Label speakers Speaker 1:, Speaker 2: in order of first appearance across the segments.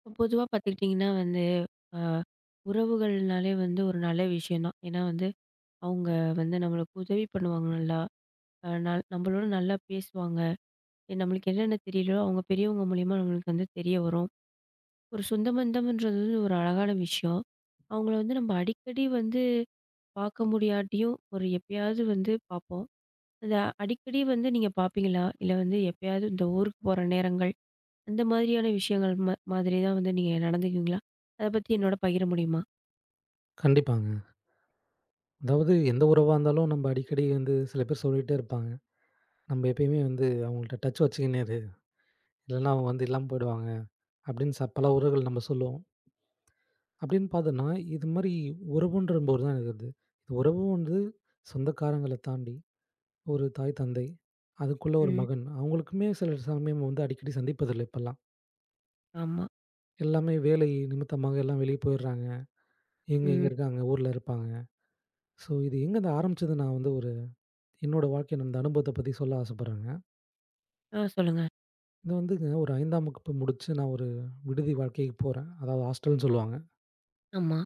Speaker 1: இப்ப பொதுவா பார்த்துக்கிட்டிங்கன்னா வந்து, அ உறவுகள்னாலே ஒரு நல்ல விஷயம் தான். ஏன்னா வந்து, அவங்க வந்து நம்மளுக்கு உதவி பண்ணுவாங்க நல்லா. அ நல் நம்மளோட நல்லா பேசுவாங்க. நம்மளுக்கு என்னென்ன தெரியலையோ, அவங்க பெரியவங்க மூலியமா நம்மளுக்கு தெரிய வரும். ஒரு சொந்த பந்தம்ன்றது ஒரு அழகான விஷயம். அவங்கள நம்ம அடிக்கடி பார்க்க முடியாட்டியும், ஒரு எப்பயாவது பார்ப்போம். அந்த அடிக்கடி நீங்க பார்ப்பீங்களா? இல்ல எப்பயாவது இந்த ஊருக்கு போற நேரங்கள் அந்த மாதிரியான விஷயங்கள் மாதிரி தான் நீங்க நடந்துக்குவீங்களா? அத பத்தி என்னோட பகிர முடியுமா?
Speaker 2: கண்டிப்பாங்க. அதாவது எந்த உறவா இருந்தாலும் நம்ம அடிக்கடி வந்து சில பேர் சொல்லிட்டே இருப்பாங்க. நம்ம எப்பயுமே வந்து அவங்கள்ட்ட டச் வச்சுக்கின்னே இரு. இல்லன்னா அவங்க வந்து இல்லாம போயிடுவாங்க. அப்படின்னு பல உறவுகள் நம்ம சொல்லுவோம். அப்படின்னு பார்த்தோன்னா, இது மாரி உறவுன்றம்போது தான் இருக்குது. இது உறவு வந்து சொந்தக்காரங்கள தாண்டி ஒரு தாய், தந்தை, அதுக்குள்ள ஒரு
Speaker 1: ம்.
Speaker 2: மகன். அவங்களுக்குமே சில சமயம் வந்து அடிக்கடி சந்திப்பதில்ல இப்பல்லாம்.
Speaker 1: ஆமா.
Speaker 2: எல்லாமே வேலை நிமித்தமாக எல்லாம் வெளிய போயிடுறாங்க. இவங்க
Speaker 1: ம்.
Speaker 2: இங்க இருக்காங்க, ஊர்ல இருப்பாங்க. ஸோ இது எங்கருந்து ஆரம்பிச்சது நான் வந்து ஒரு என்னோட வாழ்க்கையில நடந்த அனுபவத்த பத்தி சொல்ல ஆசைப்படுறேங்க.
Speaker 1: ஆ, சொல்லுங்க.
Speaker 2: இது வந்துங்க ஒரு 5ஆம் வகுப்பு முடிச்சு நான் ஒரு விடுதி வாழ்க்கைக்கு போறேன். அதாவது ஹாஸ்டல்ன்னு சொல்லுவாங்க.
Speaker 1: ஆமா.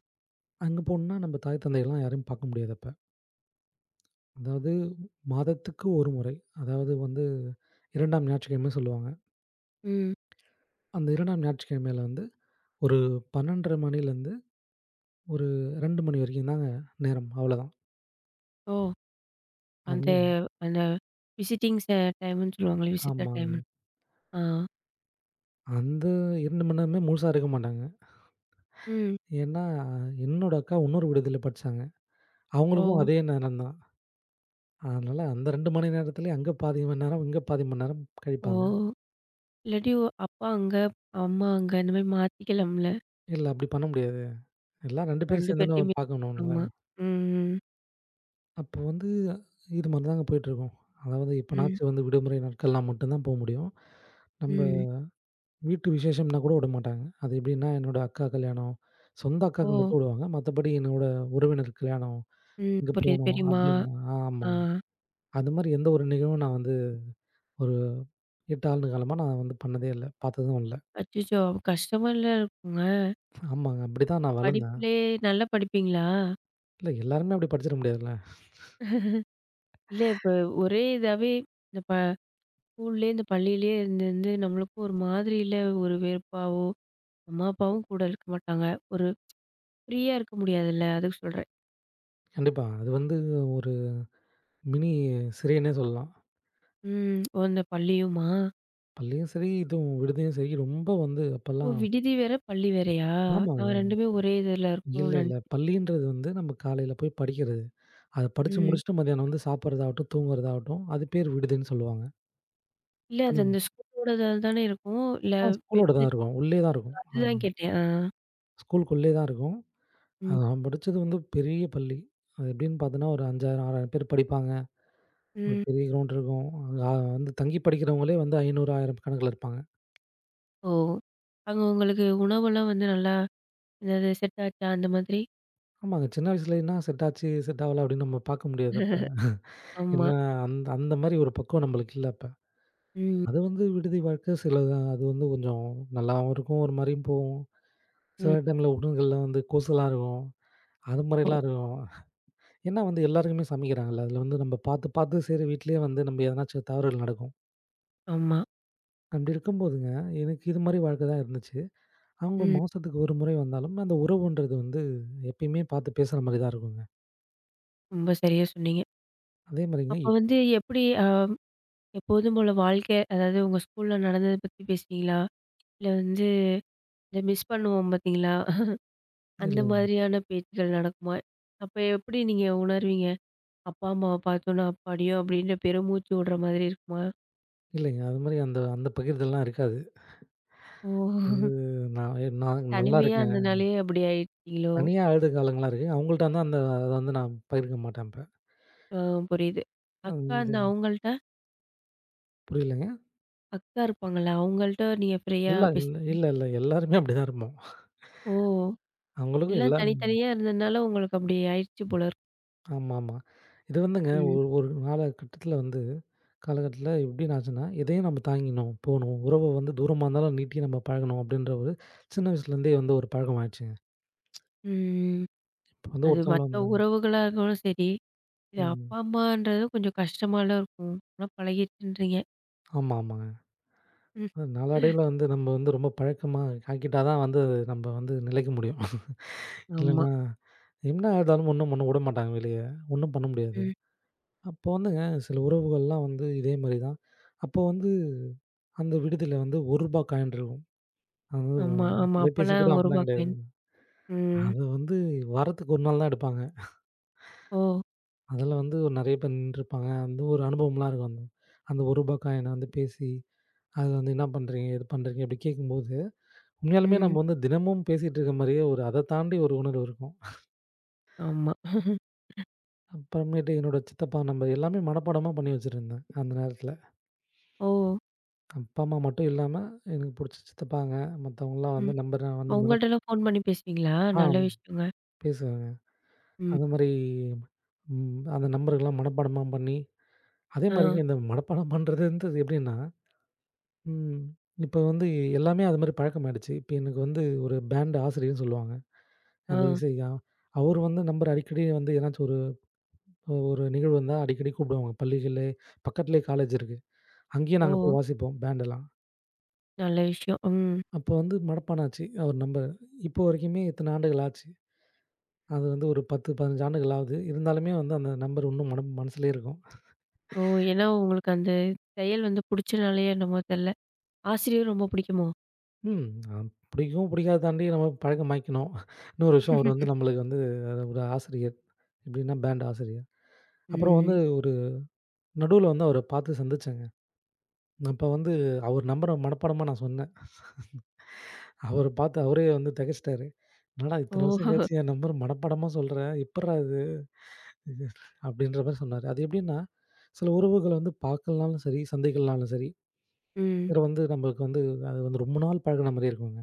Speaker 2: அங்க போனோம்னா நம்ம தாய் தந்தையலாம் யாரையும் பார்க்க முடியாது அப்ப. அதாவது மாதத்துக்கு 1 முறை. அதாவது வந்து 2ஆம் ஞாயிற்றுக்கிழமை சொல்லுவாங்க.
Speaker 1: ம்.
Speaker 2: அந்த 2ஆம் ஞாயிற்றுக்கிழமையில வந்து ஒரு 12:30 மணிலேருந்து ஒரு 2 மணி வரைக்கும் தாங்க நேரம். அவ்வளோதான்.
Speaker 1: ஓ! அந்த
Speaker 2: அதுவும்
Speaker 1: அந்த விசிட்டிங் டைம்ன்னு சொல்லுவாங்கல்ல. Visitor time.
Speaker 2: ஆமாங்க.
Speaker 1: ஆ.
Speaker 2: அந்த 2 மணி நேரமே முழுசா இருக்க மாட்டாங்க.
Speaker 1: ம்.
Speaker 2: ஏன்னா என்னோட அக்கா இன்னொரு விடுதியில படிச்சாங்க. அவங்களுக்கும்
Speaker 1: ஓ!
Speaker 2: அதே நேரம் தான். அதனால அந்த 2 மணி நேரத்திலேயே அங்க பாதி மணி நேரம், இங்க பாதி மணி நேரம்
Speaker 1: ஓ!
Speaker 2: கழிப்பாங்க.
Speaker 1: இல்லாட்டி அப்பா அங்க, அம்மா அங்க இந்த மாரி மாத்திக்கலாம்ல?
Speaker 2: இல்ல அப்படி பண்ண முடியாது. எல்லாம் 2 பேரும்
Speaker 1: 2
Speaker 2: சேர்ந்துன்னு
Speaker 1: பேர்ட்டயுமே.
Speaker 2: பார்க்கணும்ல.
Speaker 1: ஆமா. ம், ம்.
Speaker 2: அப்போ வந்து இது மாரி தாங்க போயிட்டுருக்கும். அதாவது
Speaker 1: ம்.
Speaker 2: எப்பனாச்சும் வந்து விடுமுறை நாட்கள்லாம் மட்டும் தான் போ முடியும். நம்ப
Speaker 1: ம்.
Speaker 2: வீட்டு விசேஷம்னா கூட விடமாட்டாங்க. அது எப்படின்னா, என்னோட அக்கா கல்யாணம், சொந்த அக்காவுக்கு
Speaker 1: ஓ!
Speaker 2: மட்டும் விடுவாங்க. மத்தபடி என்னோட உறவினர் கல்யாணம்,
Speaker 1: ம்.
Speaker 2: இங்க
Speaker 1: புரியுது.
Speaker 2: போணும்
Speaker 1: பெரியம்மா.
Speaker 2: அப்படின்னு
Speaker 1: ஆ.
Speaker 2: ஆமா. அது மாரி எந்த ஒரு நிகழ்வும் நான் வந்து ஒரு 8 ஆண்டு காலமா நான் வந்து பண்ணதே இல்ல. பார்த்ததும் இல்ல.
Speaker 1: அச்சச்சோ! கஷ்டமால்ல இருக்குங்க.
Speaker 2: ஆமாங்க. அப்படிதான் நான் வளர்ந்தேன்.
Speaker 1: படிப்புலயே நல்லா படிப்பீங்களா?
Speaker 2: இல்ல எல்லாருமே அப்படி படிச்சிட முடியாதுல்ல.
Speaker 1: இல்ல இப்ப ஒரே இதாவே இந்த ப ஸ்கூல்லேயே, இந்த பள்ளியிலேயே இருந்து இருந்து நம்மளுக்கும் ஒரு மாதிரியில ஒரு வெறுப்பாவோ, அம்மா அப்பாவும் கூட இருக்க மாட்டாங்க. ஒரு ஃப்ரீயா இருக்க முடியாதுல்ல, அதுக்கு சொல்றேன்.
Speaker 2: கண்டிப்பா. அது வந்து ஒரு மினி சிறைன்னே சொல்லலாம்.
Speaker 1: ம். ஓ! இந்த பள்ளியுமா?
Speaker 2: பள்ளியும் சரி, இதுவும் விடுதியும் சரி, ரொம்ப வந்து
Speaker 1: ஓ!
Speaker 2: அப்பல்லாம்
Speaker 1: விடுதி வேற, பள்ளி வேறயா? நாங்க
Speaker 2: ஆமாங்க.
Speaker 1: 2மே ஒரே இதுல
Speaker 2: இல்ல,
Speaker 1: இருக்கோம்னு
Speaker 2: இல்ல.
Speaker 1: நெனச்சேன்.
Speaker 2: பள்ளின்றது வந்து நம்ம காலையில போய் படிக்கிறது. அத படிச்சு
Speaker 1: ம்.
Speaker 2: முடிச்சுட்டு மதியானம் வந்து சாப்பிடுறதாகட்டும், தூங்குறதாகட்டும், அது பேர் விடுதின்னு சொல்லுவாங்க.
Speaker 1: இல்ல
Speaker 2: இப்ப
Speaker 1: அது
Speaker 2: நம்ம
Speaker 1: அந்த ஸ்கூலோடது தானே இருக்கும். இல்ல
Speaker 2: ஸ்கூலோட
Speaker 1: வெளியில
Speaker 2: தான் இருக்கும். உள்ளே தான் இருக்கும்.
Speaker 1: அதுதான் கேட்டேன். ஆ.
Speaker 2: ஸ்கூலுக்குள்ளே தான் இருக்கும்.
Speaker 1: ம்.
Speaker 2: நான் படிச்சது வந்து பெரிய பள்ளி. அது எப்படின்னு பார்த்தோன்னா, ஒரு 5,000, 6,000 பேர் படிப்பாங்க. ஒரு
Speaker 1: ம்.
Speaker 2: பெரிய கிரவுண்ட் இருக்கும். அங்க வந்து தங்கி படிக்கிறவங்களே வந்து 500, 1,000 கணக்குல இருப்பாங்க.
Speaker 1: ஓ! அங்க உங்களுக்கு உணவெல்லாம் நல்லா, ஏதாவது செட் ஆச்சா? அந்த மாதிரி?
Speaker 2: ஆமாங்க. சின்ன வயசுல என்ன செட் ஆச்சு, செட் ஆவல அப்படின்னு நம்ம பார்க்க முடியாது அப்ப.
Speaker 1: ஆமா.
Speaker 2: ஏன்னா, அந்த அந்த மாரி ஒரு பக்குவம் நம்மளுக்கு இல்ல அப்ப.
Speaker 1: ம்.
Speaker 2: அது வந்து விடுதி வாழ்க்கை சில அது வந்து கொஞ்சம் நல்லாவும் இருக்கும். ஒரு மாரியும் போகும். சில
Speaker 1: ம்.
Speaker 2: டைம்ல உணவுகள்ல வந்து கொசுலாம் இருக்கும். அது
Speaker 1: ஓ!
Speaker 2: மாரிலாம் இருக்கும். ஏன்னா வந்து எல்லாருக்குமே சமைக்கிறாங்கல்ல. அதில வந்து நம்ம பார்த்து, பார்த்து சரி வீட்லயே வந்து நம்ம எதனாச்சும் தவறுகள் நடக்கும்.
Speaker 1: ஆமா.
Speaker 2: அப்படி இருக்கும்போதுங்க, எனக்கு இது மாரி வாழ்க்கை தான் இருந்துச்சு. அவங்க
Speaker 1: ம்.
Speaker 2: மாசத்துக்கு ஒரு முறை வந்தாலும், அந்த உறவுன்றது வந்து எப்பயுமே பார்த்து பேசுற மாரி தான் இருக்குங்க.
Speaker 1: ரொம்ப சரியா சொன்னீங்க.
Speaker 2: அதே மாரிங்க
Speaker 1: அப்ப எப்படி எப்போதும் போல வாழ்க்கை அதாவது உங்க ஸ்கூல்ல நடந்தத பத்தி பேசுனீங்களா? இல்ல இந்த மிஸ் பண்ணுவோம் பார்த்தீங்களா? அந்த
Speaker 2: இல்ல
Speaker 1: மாதிரியான பேச்சுக்கள் நடக்குமா? அப்ப எப்படி நீங்க உணர்வீங்க? அப்பா, அம்மாவ பார்த்தோன்னா, "அப்பாடியோ!" அப்படின்ற பெருமூச்சு விடுற மாதிரி இருக்குமா?
Speaker 2: இல்லைங்க. அது மாரி அந்த அந்த பகிர்தல்லாம் இருக்காது.
Speaker 1: ஓ!
Speaker 2: வந்து நான் நான் நல்லா
Speaker 1: தனிமையா
Speaker 2: இருக்கேன்.
Speaker 1: இருந்தனாலயே அப்படி ஆயிட்டீங்களோ?
Speaker 2: தனியா அழுத காலங்கள்லாம் இருக்கு. அவங்கள்ட்ட வந்து அந்த அத வந்து நான் பகிர்க்க மாட்டேன்.
Speaker 1: ஆ, புரியுது. அக்கா
Speaker 2: அந்த
Speaker 1: இருந்தா அவங்கள்ட்ட?
Speaker 2: புரியலங்க.
Speaker 1: அக்கா இருப்பாங்கல்ல, அவங்கள்ட்ட நீங்க ஃப்ரீயா
Speaker 2: இல்ல, இல்ல,
Speaker 1: பேசுவீங்க?
Speaker 2: இல்ல, இல்ல. எல்லாருமே அப்படிதான் இருப்போம்.
Speaker 1: ஓ!
Speaker 2: அவங்களுக்கும்
Speaker 1: எல்லாம்
Speaker 2: எல்லா
Speaker 1: தனித்தனியா இருந்ததுனால உங்களுக்கு அப்படி ஆயிடுச்சு போல இருக்கு.
Speaker 2: ஆமாமா. இது வந்துங்க
Speaker 1: ம்.
Speaker 2: ஒரு ஒரு காலகட்டத்தில வந்து காலகட்டத்தில எப்படின்னு ஆச்சுன்னா, இதையும் நம்ம தாங்கிணும், போணும். உறவு வந்து தூரமா இருந்தாலும் நீட்டி நம்ம பழகணும் அப்படின்ற ஒரு சின்ன வயசுலேருந்தே வந்து ஒரு பழக்கம் ஆயிடுச்சுங்க.
Speaker 1: ம்.
Speaker 2: இப்போ வந்து
Speaker 1: அது
Speaker 2: ஒருத்தவங்கள
Speaker 1: மத்த
Speaker 2: வந்து
Speaker 1: உறவுகளா இருந்தாலும் சரி, இது
Speaker 2: ம்.
Speaker 1: அப்பா, அம்மான்றது கொஞ்சம் கஷ்டமாலாம் இருக்கும். ஆனா பழகிருச்சுன்றீங்க.
Speaker 2: ஆமா, ஆமாங்க.
Speaker 1: ம்.
Speaker 2: அது நாளடைவில வந்து நம்ம வந்து ரொம்ப பழக்கமா ஆக்கிட்டா தான் வந்து நம்ம வந்து நிலைக்க முடியும்.
Speaker 1: ஆமா.
Speaker 2: இல்லன்னா என்ன ஆனாலும் ஒண்ணும் பண்ண விட மாட்டாங்க வெளிய. ஒண்ணும் பண்ண முடியாது.
Speaker 1: ம்.
Speaker 2: அப்போ வந்துங்க, சில உறவுகள்லாம் வந்து இதே மாரி தான். அப்போ வந்து அந்த விடுதியில வந்து ரூ. 1 காயின் இருக்கும். அது வந்து
Speaker 1: ஆமா, ஆமா.
Speaker 2: தொலைபேசி
Speaker 1: அப்பலாம் ரூ.
Speaker 2: கூட
Speaker 1: 1
Speaker 2: அப்பலாம் கிடையாது.
Speaker 1: காயின். ம்.
Speaker 2: அது வந்து வாரத்துக்கு 1 நாள் தான் எடுப்பாங்க.
Speaker 1: ஓ!
Speaker 2: அதில வந்து ஒரு நெறைய பேர் நின்னுட்ருப்பாங்க. அந்த ஒரு அனுபவம்லாம் இருக்கும் அந்த அந்த ரூ. 1 காயின வந்து பேசி, அது வந்து "என்ன பண்றீங்க? ஏது பண்றீங்க?" அப்படி கேட்கும்போது, உண்மையாலுமே
Speaker 1: ம்.
Speaker 2: நம்ம வந்து தினமும் பேசிட்டு இருக்க மாரியே ஒரு அத தாண்டி ஒரு உணர்வு இருக்கும்.
Speaker 1: ஆமா.
Speaker 2: அப்புறமேட்டு என்னோட சித்தப்பா நம்பர் எல்லாமே மனப்பாடமா பண்ணி வச்சிருந்தேன் அந்த நேரத்தில.
Speaker 1: ஓ!
Speaker 2: அப்பா, அம்மா மட்டும் இல்லாம, எனக்கு புடிச்ச சித்தப்பாங்க, மத்தவங்கலாம் வந்து
Speaker 1: ம்.
Speaker 2: நம்பர் நான் வந்து மனப்
Speaker 1: அவங்கள்ட்டலாம் ஃபோன் பண்ணி பேசுவீங்களா?
Speaker 2: ஆ
Speaker 1: நல்ல விஷயங்க.
Speaker 2: பேசுவேங்க.
Speaker 1: ம்.
Speaker 2: அது மாரி அந்த நம்பர்கள்லாம் மனப்பாடமா பண்ணி, அதே
Speaker 1: ஆ,
Speaker 2: மாரிங்க இந்த மனப்பாடம் பண்றதுன்றது எப்படின்னா, ம் இப்ப வந்து எல்லாமே அது மாரி பழக்கமாயிடுச்சு. இப்ப எனக்கு வந்து ஒரு பேண்ட் ஆசிரியர்ன்னு சொல்லுவாங்க. அந்த
Speaker 1: ஆ.
Speaker 2: இசை அவரு வந்து நம்பர் அடிக்கடி வந்து ஏதாச்சும் ஒரு ஒரு நிகழ்வு வந்தா அடிக்கடி கூப்பிடுவாங்க. பள்ளிகள்ல பக்கத்திலேயே காலேஜ் இருக்கு. அங்கேயே
Speaker 1: ஓ!
Speaker 2: நாங்க போய் வாசிப்போம் பேண்டெல்லாம்.
Speaker 1: நல்ல விஷயம். ம்.
Speaker 2: அப்போ வந்து மனப்பாடம் ஆச்சு. அவர் நம்பர். இப்போ வரைக்குமே இத்தன ஆண்டுகள் ஆச்சு. அது வந்து ஒரு 10, 15 ஆண்டுகள் ஆகுது. இருந்தாலுமே வந்து அந்த நம்பர் இன்னும் மனம் மனசுலயே இருக்கும்.
Speaker 1: ஓ! ஏன்னா உங்களுக்கு அந்த செயல் புடிச்சனாலயோ என்னமோ தெர்ல. ஆசிரியர் ரொம்ப புடிக்குமோ?
Speaker 2: ம் அ பிடிக்கும், பிடிக்காத தாண்டி நம்ம பழக்கமாக்கினோம். இன்னொரு விஷயம் அவர் வந்து நம்மளுக்கு வந்து அது ஒரு ஆசிரியர். எப்படின்னா பேண்ட் ஆசிரியர். அப்புறம் வந்து
Speaker 1: ம்.
Speaker 2: ஒரு நடுவுல வந்து அவர பார்த்து சந்திச்சேங்க. அப்ப வந்து அவர் நம்பர மனப்பாடமா நான் சொன்னேன். அவர பார்த்து அவரே வந்து தெகச்சுட்டாரு. "என்னடா இத்தன
Speaker 1: ஓ!
Speaker 2: வருஷம் கழிச்சு என் நம்பர் மனப்பாடமா சொல்ற, எப்புட்றா இது?" அப்படின்ற மாரி சொன்னாரு. அது எப்படின்னா, சில உறவுகள வந்து பார்க்கலனாலும் சரி, சந்திக்கலனாலும் சரி,
Speaker 1: ம்.
Speaker 2: சில வந்து நம்மளுக்கு வந்து அது வந்து ரொம்ப நாள் பழகுன மாரியே இருக்குங்க.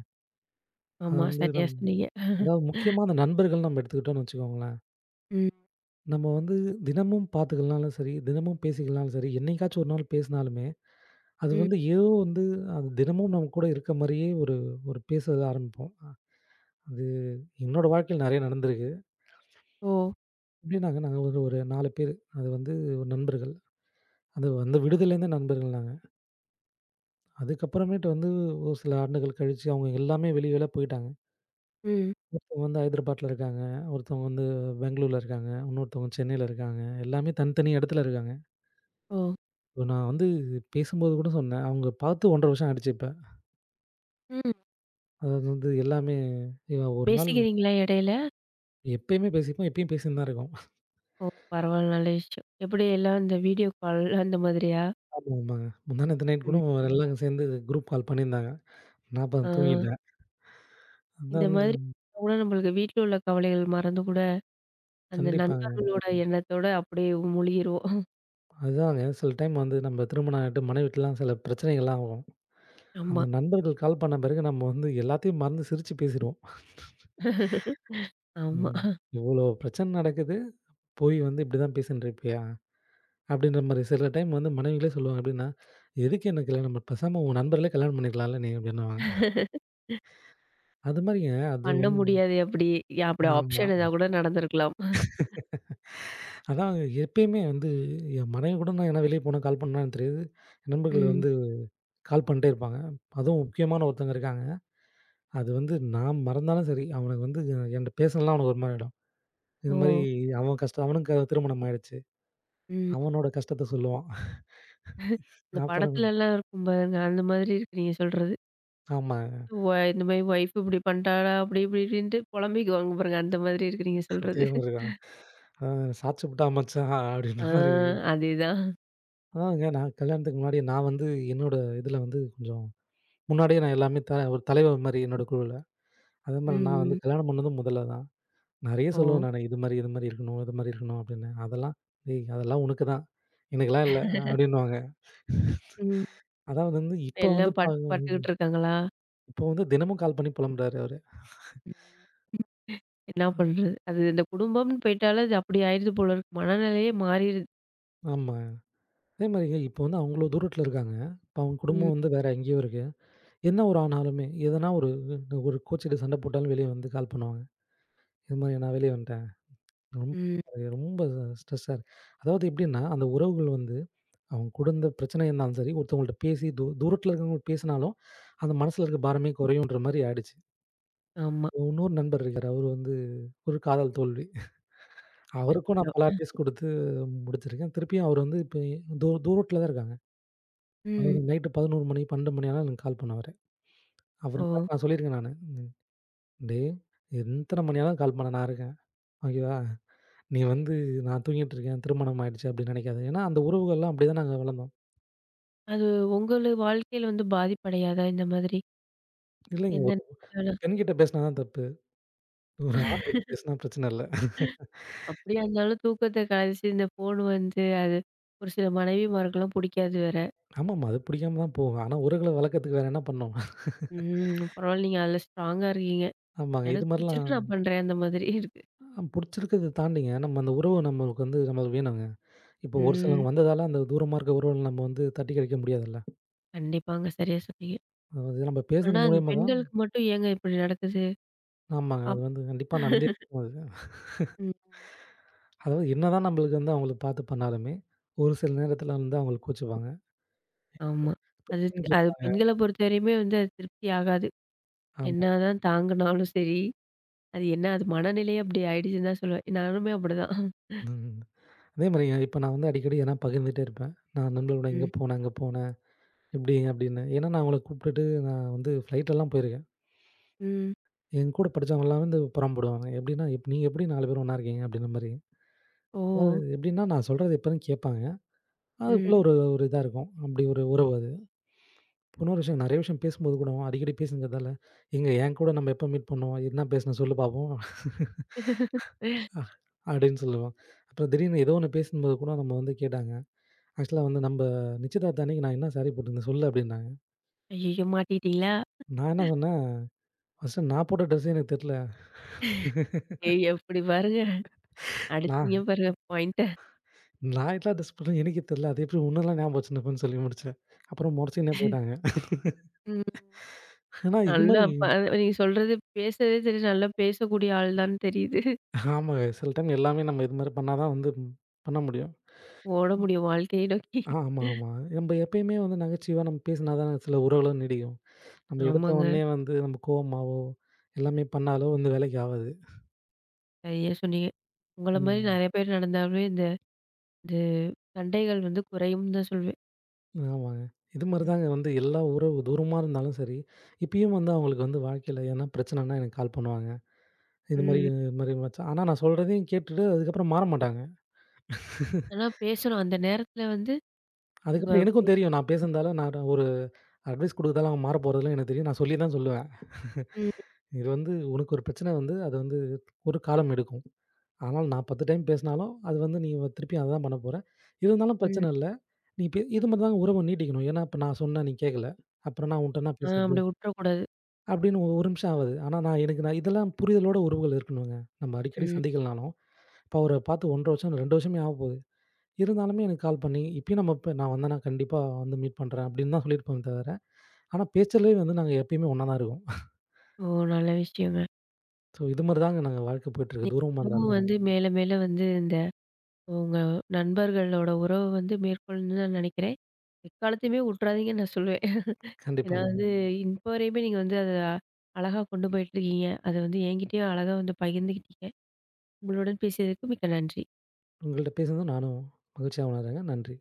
Speaker 2: அது
Speaker 1: ஆமா.
Speaker 2: வந்து
Speaker 1: சரியா
Speaker 2: நம்
Speaker 1: சொன்னீங்க.
Speaker 2: அதாவது முக்கியமா அந்த நண்பர்கள் நம்ம எடுத்துக்கிட்டோம்னு வச்சுக்கோங்களேன்.
Speaker 1: ம்,
Speaker 2: நம்ம வந்து தினமும் பார்த்துக்கலனாலும் சரி, தினமும் பேசிக்கலனாலும் சரி, என்னைக்காச்சும் ஒரு நாள் பேசினாலுமே, அது
Speaker 1: ம்.
Speaker 2: வந்து ஏதோ வந்து அது தினமும் நம்ம கூட இருக்க மாரியே ஒரு ஒரு பேச ஆரம்பிப்போம். அது என்னோட வாழ்க்கையில நெறைய நடந்திருக்கு.
Speaker 1: ஓ!
Speaker 2: எப்படின்னாங்க நாங்க ஒரு ஒரு 4 பேரு. அது வந்து ஒரு நண்பர்கள். அது வந்து விடுதியிலேருந்தே நண்பர்கள் நாங்க. அதுக்கப்புறமேட்டு வந்து ஒரு சில ஆண்டுகள் கழிச்சு அவங்க எல்லாமே வெளி வெளில போயிட்டாங்க.
Speaker 1: ம்.
Speaker 2: ஒருத்தவங்க வந்து ஹைதராபாட்ல இருக்காங்க, ஒருத்தவங்க வந்து பெங்களூர்ல இருக்காங்க, இன்னொருத்தவங்க சென்னையில இருக்காங்க. எல்லாமே தனித்தனி இடத்துல இருக்காங்க.
Speaker 1: ஓ!
Speaker 2: நான் வந்து பேசும்போது கூட சொன்னேன். அவங்க பார்த்து 1 1/2 வருஷம் ஆயிடுச்சு இப்ப.
Speaker 1: ம்.
Speaker 2: அதாவது வந்து எல்லாமே இவன் ஒரு நாள்
Speaker 1: பேசிக்கிறீங்களா இடையில?
Speaker 2: எப்பயுமே பேசிப்போம். எப்பயும் பேசின்னு தான் இருக்கோம்.
Speaker 1: ஓ! பரவாயில்ல நல்ல விஷயம். எப்படி எல்லாம் இந்த வீடியோ கால் அந்த மாதிரியா?
Speaker 2: ஆமா, ஆமாங்க. முந்தா நேத்து நைட் கூட
Speaker 1: ம்.
Speaker 2: எல்லாரும் சேர்ந்து குரூப் கால் பண்ணியிருந்தாங்க. நான் அப்ப
Speaker 1: ஆ,
Speaker 2: தூங்கிட்டேன்.
Speaker 1: இந்த
Speaker 2: அதான் வந்து
Speaker 1: மாதிரி கூட நம்மளுக்கு வீட்ல உள்ள கவலைகள் மறந்து கூட, அந்த
Speaker 2: கண்டிப்பாங்க.
Speaker 1: நண்பர்களோட எண்ணத்தோட அப்படியே மூழ்கிருவோம்.
Speaker 2: அதுதாங்க சில டைம் வந்து நம்ம திருமணம் ஆயிட்டு மனைவிட்டலாம் சில பிரச்சனைகள்லாம் ஆகும்.
Speaker 1: ஆமா.
Speaker 2: அந்த நண்பர்கள் கால் பண்ண பிறகு நம்ம வந்து எல்லாத்தையும் மறந்து சிரிச்சு பேசிருவோம்.
Speaker 1: ஆமா.
Speaker 2: ம். இவ்வளோ பிரச்சனை நடக்குது. போய் வந்து இப்படிதான் பேசின்ருப்பியா? அப்படின்ற மாரி. சில டைம் வந்து மனைவிகளே சொல்லுவாங்க எப்படின்னா, "எதுக்கு எனக்கு கல்யாணம் பேசாம உன் நண்பர்களே கல்யாணம் பண்ணிக்கலாம்ல நீ" அப்படின்னுவாங்க. அது மாரிங்க அது
Speaker 1: பண்ண முடியாது அப்படி. அப்படி
Speaker 2: ஆமா.
Speaker 1: ஆப்ஷன் எதா கூட நடந்திருக்கலாம்.
Speaker 2: அதான் எப்பயுமே வந்து என் மனைவி கூட நான் எங்கனா வெளிய போனா கால் பண்ணா எனக்கு தெரியாது. நண்பர்கள்
Speaker 1: ம்.
Speaker 2: வந்து கால் பண்ணிட்டே இருப்பாங்க. அதுவும் முக்கியமான ஒருத்தவங்க இருக்காங்க. அது வந்து நான் மறந்தாலும் சரி, அவனுக்கு வந்து என்ட்ட பேசலனா அவனுக்கு ஒரு மாரி ஆயிடும். இது
Speaker 1: ஓ!
Speaker 2: மாரி அவன் கஷ்டம் அவனுக்கு திருமணம் ஆயிடுச்சு.
Speaker 1: ம்.
Speaker 2: அவனோட கஷ்டத்த சொல்லுவான்.
Speaker 1: இந்த
Speaker 2: அப்புறம்
Speaker 1: படத்துலலாம் இருக்கும் பாருங்க, அந்த மாதிரி இருக்கு நீங்க சொல்றது.
Speaker 2: ஆமா.
Speaker 1: இந்த மாரி ஒய்ஃப் இப்படி பண்ட்டாடா, அப்படி இப்படி இப்படின்ட்டு பொலம்பிக்குவாங்க பாருங்க. அந்த மாதிரி இருக்கு நீங்க
Speaker 2: அதே
Speaker 1: சொல்றது.
Speaker 2: மாரி தான். "அ சாச்சு புட்டா மச்சான்" அப்படின்ற
Speaker 1: ஆ,
Speaker 2: மாரி
Speaker 1: அதேதான்.
Speaker 2: ஆங்க. நான் கல்யாணத்துக்கு முன்னாடி நான் வந்து என்னோட இதில வந்து கொஞ்சம் முன்னாடியே நான் எல்லாமே ஒரு தலைவர் மாரி என்னோட குழுவுல. அதே மாரி நான் வந்து
Speaker 1: ம்.
Speaker 2: கல்யாணம் பண்ணதும் முதல்ல தான். நெறைய
Speaker 1: ஓ!
Speaker 2: சொல்லுவேன் நானு. இது மாரி, இது மாரி இருக்கணும், இது மாரி இருக்கணும் அப்படின்னு. அதெல்லாம் "ஏய் அதெல்லாம் உனக்கு தான். எனக்கெல்லாம் இல்ல" அப்படின்னுவாங்க.
Speaker 1: ம்.
Speaker 2: அதாவது வந்து இப்போ வந்து
Speaker 1: எல்லாம் பட் பட்டுக்கிட்டு இருக்காங்களா?
Speaker 2: இப்போ வந்து தினமும் கால் பண்ணி புலம்புறாரு அவரு.
Speaker 1: ம். என்ன பண்றது? அது இந்த குடும்பம்னு போயிட்டாலே அது அப்படி ஆயிடுது போல இருக்கு. மனநிலையே மாறிடுது.
Speaker 2: ஆமா. அதே மாரிங்க இப்போ வந்து அவ்ளோ தூரத்தில இருக்காங்க. இப்போ அவங்க
Speaker 1: ம்.
Speaker 2: குடும்பம் வந்து வேற எங்கேயோ இருக்கு. என்ன ஒரு ஆனாலுமே, எதனா ஒரு ஒரு கோச்சிட்டு சண்டை போட்டாலும் வெளிய வந்து கால் பண்ணுவாங்க. "இது மாரி நான் வெளிய வந்துட்டேன்." ரொம்ப
Speaker 1: ம்.
Speaker 2: அது ரொம்ப ஸ்ட்ரெஸ்ஸா இருக்கு. அதாவது எப்படின்னா, அந்த உறவுகள் வந்து அவங்க கூட இருந்த பிரச்சனையா இருந்தாலும் சரி, ஒருத்தவங்கள்ட்ட பேசி தூரத்தில இருக்கிறவங்கள்ட்ட பேசினாலும், அந்த மனசுல இருக்க பாரமே குறையுன்ற மாரி ஆயிடுச்சு.
Speaker 1: ஆமா.
Speaker 2: இன்னொரு நண்பர் இருக்காரு. அவரு வந்து ஒரு காதல் தோல்வி. அவருக்கும்
Speaker 1: அச்சச்சோ!
Speaker 2: நான் பல அட்வைஸ் குடுத்து முடிச்சிருக்கேன். திருப்பியும் அவர் வந்து இப்ப தூரத்தில தான் இருக்காங்க.
Speaker 1: ம்.
Speaker 2: அவரு நைட்டு 11 மணி, 12 மணி ஆனாலும் எனக்கு கால் பண்ணுவாரு. அவருக்காக
Speaker 1: ஓ!
Speaker 2: நான் சொல்லியிருக்கேன் நானு. ம் டேய் எத்தன மணி ஆனாலும் கால் பண்ணு நான் இருக்கேன். ஓகேவா? நீ வந்து நான் தூங்கிட்டு இருக்கேன். திருமணம் ஆயிடுச்சு அப்படின்னு நினைக்காத. ஏன்னா அந்த உறவுகள்லாம் அப்படிதான் நாங்க வளர்ந்தோம்.
Speaker 1: அது உங்களு வாழ்க்கையில பாதிப்படையாதா இந்த மாதிரி?
Speaker 2: இல்லைங்க.
Speaker 1: எந்த
Speaker 2: ஒரு
Speaker 1: நேரத்தினாலும்?
Speaker 2: பெண்கிட்ட பேசினா தான் தப்பு. ஒரு ஆண்கிட்ட பேசினா பிரச்சனை இல்ல.
Speaker 1: அப்படியா இருந்தாலும் தூக்கத்த கலைச்சு இந்த ஃபோன் அது ஒரு சில மனைவிமாருக்கெல்லாம் புடிக்காது வேற.
Speaker 2: ஆமாமா. அது புடிக்காம தான் போகும். ஆனா உறவுகள வளர்க்கறதுக்கு வேற என்ன பண்ணோம்?
Speaker 1: ம். பரவால்ல நீங்க அதுல ஸ்ட்ராங்கா இருக்கீங்க.
Speaker 2: ஆமாங்க. இது
Speaker 1: எனக்கு பிடிச்சிருக்கு
Speaker 2: மாரிலாம்
Speaker 1: நான் பண்றேன் அந்த மாதிரி இருக்கு.
Speaker 2: புடிச்சிருக்கறத தாண்டிங்க, நம்ம அந்த உறவு நம்மளுக்கு வந்து நம்மளுக்கு வேணுங்க. இப்போ ஒரு
Speaker 1: ம்.
Speaker 2: சிலவங்க வந்ததால அந்த தூரமா இருக்க உறவுகள நம்ம வந்து தட்டி கழிக்க முடியாதுல்ல.
Speaker 1: கண்டிப்பாங்க. சரியா சொன்னீங்க.
Speaker 2: அதாவது நம்ம
Speaker 1: ஆனா
Speaker 2: பேசுனது
Speaker 1: அந்த
Speaker 2: மூலியமா தான்
Speaker 1: பெண்களுக்கு மட்டும் ஏங்க இப்படி நடக்குது?
Speaker 2: ஆமாங்க.
Speaker 1: அப்
Speaker 2: அது வந்து கண்டிப்பா நடந்தே இருக்கும் அது.
Speaker 1: ம்.
Speaker 2: அதாவது என்னதான் நம்மளுக்கு வந்து அவங்கள பார்த்து பண்ணாலுமே, ஒரு சில நேரத்தில வந்து அவங்கள கோச்சுப்பாங்க.
Speaker 1: ஆமா. அது அது பெண்கள பொறுத்தவரையுமே அது திருப்தி ஆகாது.
Speaker 2: ஆமா.
Speaker 1: என்னதான் தாங்குனாலும் சரி, அது என்ன அது மனநிலையே அப்படி ஆயிடுச்சுன்னு தான் சொல்லுவேன். நானுமே அப்படிதான்.
Speaker 2: ம். அதே மாரிங்க, இப்ப நான் வந்து அடிக்கடி எதனா பகிர்ந்துட்டே இருப்பேன். நான் நண்பர்களோட இங்க
Speaker 1: ம்.
Speaker 2: போனேன், அங்க போனேன். எப்படிங்க அப்படின்னு. ஏன்னா, நான் அவங்கள கூப்பிட்டுட்டு நான் வந்து ஃப்ளைட்லலாம் போயிருக்கேன்.
Speaker 1: ம்.
Speaker 2: என் கூட படிச்சவங்க எல்லாமே வந்து புறம்புடுவாங்க. எப்படின்னா, " நீங்க எப்படி 4 பேரும் ஒண்ணா இருக்கீங்க?" அப்படின்ற மாரி. அதாவது
Speaker 1: ஓ!
Speaker 2: எப்படின்னா, நான் சொல்றது எப்போதும் கேட்பாங்க.
Speaker 1: ம்.
Speaker 2: அதுக்குள்ள ஒரு ஒரு இதா இருக்கும். அப்படி ஒரு உறவு அது. இன்னொரு விஷயம் நெறைய விஷயம் பேசும்போது கூட அடிக்கடி பேசுனதால, "எங்க என் கூட நம்ம எப்போ மீட் பண்ணோம்? என்ன பேசினோம் சொல்லு பாப்போம்." அப்படின்னு சொல்லுவோம். அப்புறம் திடீர்னு ஏதோ ஒண்ணு பேசும்போது கூட நம்ம வந்து கேட்டாங்க. ஆக்சுவலா வந்து "நம்ப நிச்சயதார்த்த அன்னைக்கு நான் என்ன சாரி போட்டிருந்தேன் சொல்லு" அப்படின்னாங்க.
Speaker 1: ஐய்யய்யோ! மாட்டிக்கிட்டீங்களா?
Speaker 2: நான் என்ன சொன்னேன், "ஃபர்ஸ்ட்டு நான் போட்ட ட்ரெஸ்ஸே எனக்கு தெரியல.
Speaker 1: ஏய் எப்படி பாருங்க. அடிச்சீங்க
Speaker 2: நான்
Speaker 1: பாருங்க பாயிண்ட்ட.
Speaker 2: நான் எல்லாம் டெஸ்ட் பண்ணேன் எனக்கே தெரியல. அது எப்படி உன்னலாம் ஞாபகம் வச்சுருப்பேன்னு சொல்லி முடிச்சேன். அப்புறம் முறைச்சுக்கின்னே போயிட்டாங்க.
Speaker 1: ம்.
Speaker 2: ஆனா இது
Speaker 1: நல்லா
Speaker 2: மாரி
Speaker 1: ப நீங்க சொல்றது பேசுறதே தெரியுது. நல்லா பேசக்கூடிய ஆள் தான்னு தெரியுது.
Speaker 2: ஆமாங்க. சில டைம் எல்லாமே நம்ம இது மாரி பண்ணா தான் வந்து பண்ண முடியும்.
Speaker 1: ஓட முடியும் வாழ்க்கையை நோக்கி.
Speaker 2: ஆமா, ஆமா. நம்ப எப்பயுமே வந்து நகைச்சுவையா நம்ம பேசினா தான் சில உறவுலாம் நீடிக்கும். நம்ம எடுத்த
Speaker 1: ஆமாங்க.
Speaker 2: உடனே வந்து நம்ம கோவமாவோ, எல்லாமே பண்ணாலோ வந்து வேலைக்கு ஆவாது.
Speaker 1: சரியா சொன்னீங்க. உங்கள மாரி
Speaker 2: ம்.
Speaker 1: நெறைய பேர் நடந்தாவே இந்த இது சண்டைகள் குறையும்னு தான் சொல்வேன்.
Speaker 2: ஆமாங்க. இது மாரி தாங்க வந்து எல்லா உறவு தூரமா இருந்தாலும் சரி, இப்பயும் வந்து அவங்களுக்கு வந்து வாழ்க்கையில எதனா பிரச்சனைன்னா எனக்கு கால் பண்ணுவாங்க. இது மாரி
Speaker 1: ம்.
Speaker 2: இது மாரி மச்சான் ஆனா நான் சொல்றதையும் கேட்டுட்டு அதுக்கப்புறம் மாற மாட்டாங்க.
Speaker 1: ஆனா பேசணும். அந்த நேரத்துல வந்து உங்க
Speaker 2: அதுக்கப்புறம்
Speaker 1: பே
Speaker 2: எனக்கும் தெரியும். நான் பேசுனதால நான் ஒரு அட்வைஸ் குடுக்கறதால அவன் மாற போறதில்லன்னு எனக்கு தெரியும். நான் சொல்லி தான் சொல்லுவேன்.
Speaker 1: ம்,
Speaker 2: இது வந்து உனக்கு ஒரு பிரச்சனை வந்து அது வந்து ஒரு காலம் எடுக்கும். ஆனால் நான் 10 டைம் பேசினாலும் அது வந்து நீ திருப்பி அத தான் பண்ண போற. இருந்தாலும்
Speaker 1: ம்.
Speaker 2: பிரச்சனை இல்ல. நீ பே இது மாரி தாங்க உறவ நீட்டிக்கணும். ஏன்னா இப்ப நான் சொன்னேன் நீ கேட்கல. அப்புறம் நான் உன்ட்ட என்ன
Speaker 1: ஆ,
Speaker 2: பேசுறது?
Speaker 1: அப்படி விட்டுறக்கூடாது.
Speaker 2: அப்படின்னு ஒரு ஒரு நிமிஷம் ஆகுது. ஆனா நான் எனக்கு நான் இதெல்லாம் புரிதலோட உறவுகள் இருக்கணுங்க. நம்ம அடிக்கடி
Speaker 1: ம்.
Speaker 2: சந்திக்கலனாலும், இப்ப அவர பார்த்து 1 1/2 வருஷம், 2 வருஷமே ஆகப்போகுது. இருந்தாலுமே எனக்கு கால் பண்ணி, இப்பயும் நம்ம இப்ப நான் வந்தேன்னா கண்டிப்பா வந்து மீட் பண்றேன் அப்படின்னு தான் சொல்லியிருப்பேன் தவிர ஆனா, பேச்சுலயே வந்து நாங்க எப்பயுமே ஒண்ணா தான் இருக்கோம்.
Speaker 1: ஓ! நல்ல விஷயங்க.
Speaker 2: ஸோ இது மாரி தாங்க நாங்க வாழ்க்கை போயிட்டுருக்கு.
Speaker 1: நீங்க
Speaker 2: தூரமா
Speaker 1: இன்னமும்
Speaker 2: இருந்தாலுமே.
Speaker 1: மேல மேல இந்த உங்க நண்பர்களோட உறவ மேற்கொள்ளணும்னு நான் நெனைக்கிறேன். எக்காலத்தையுமே விட்டுறாதீங்கன்னு நான் சொல்லுவேன். ஏன்னா
Speaker 2: கண்டிப்பாங்க.
Speaker 1: இப்போ வரையுமே நீங்க அத அழகா கொண்டு போயிட்டுருக்கீங்க. அத என்கிட்டயும் அழகா பகிர்ந்துக்கிட்டீங்க. உங்களுடன் பேசியதற்கு மிக்க நன்றி.
Speaker 2: உங்கள்ட்ட பேசுனது நானும் மகிழ்ச்சியா உணர்றேங்க. நன்றி.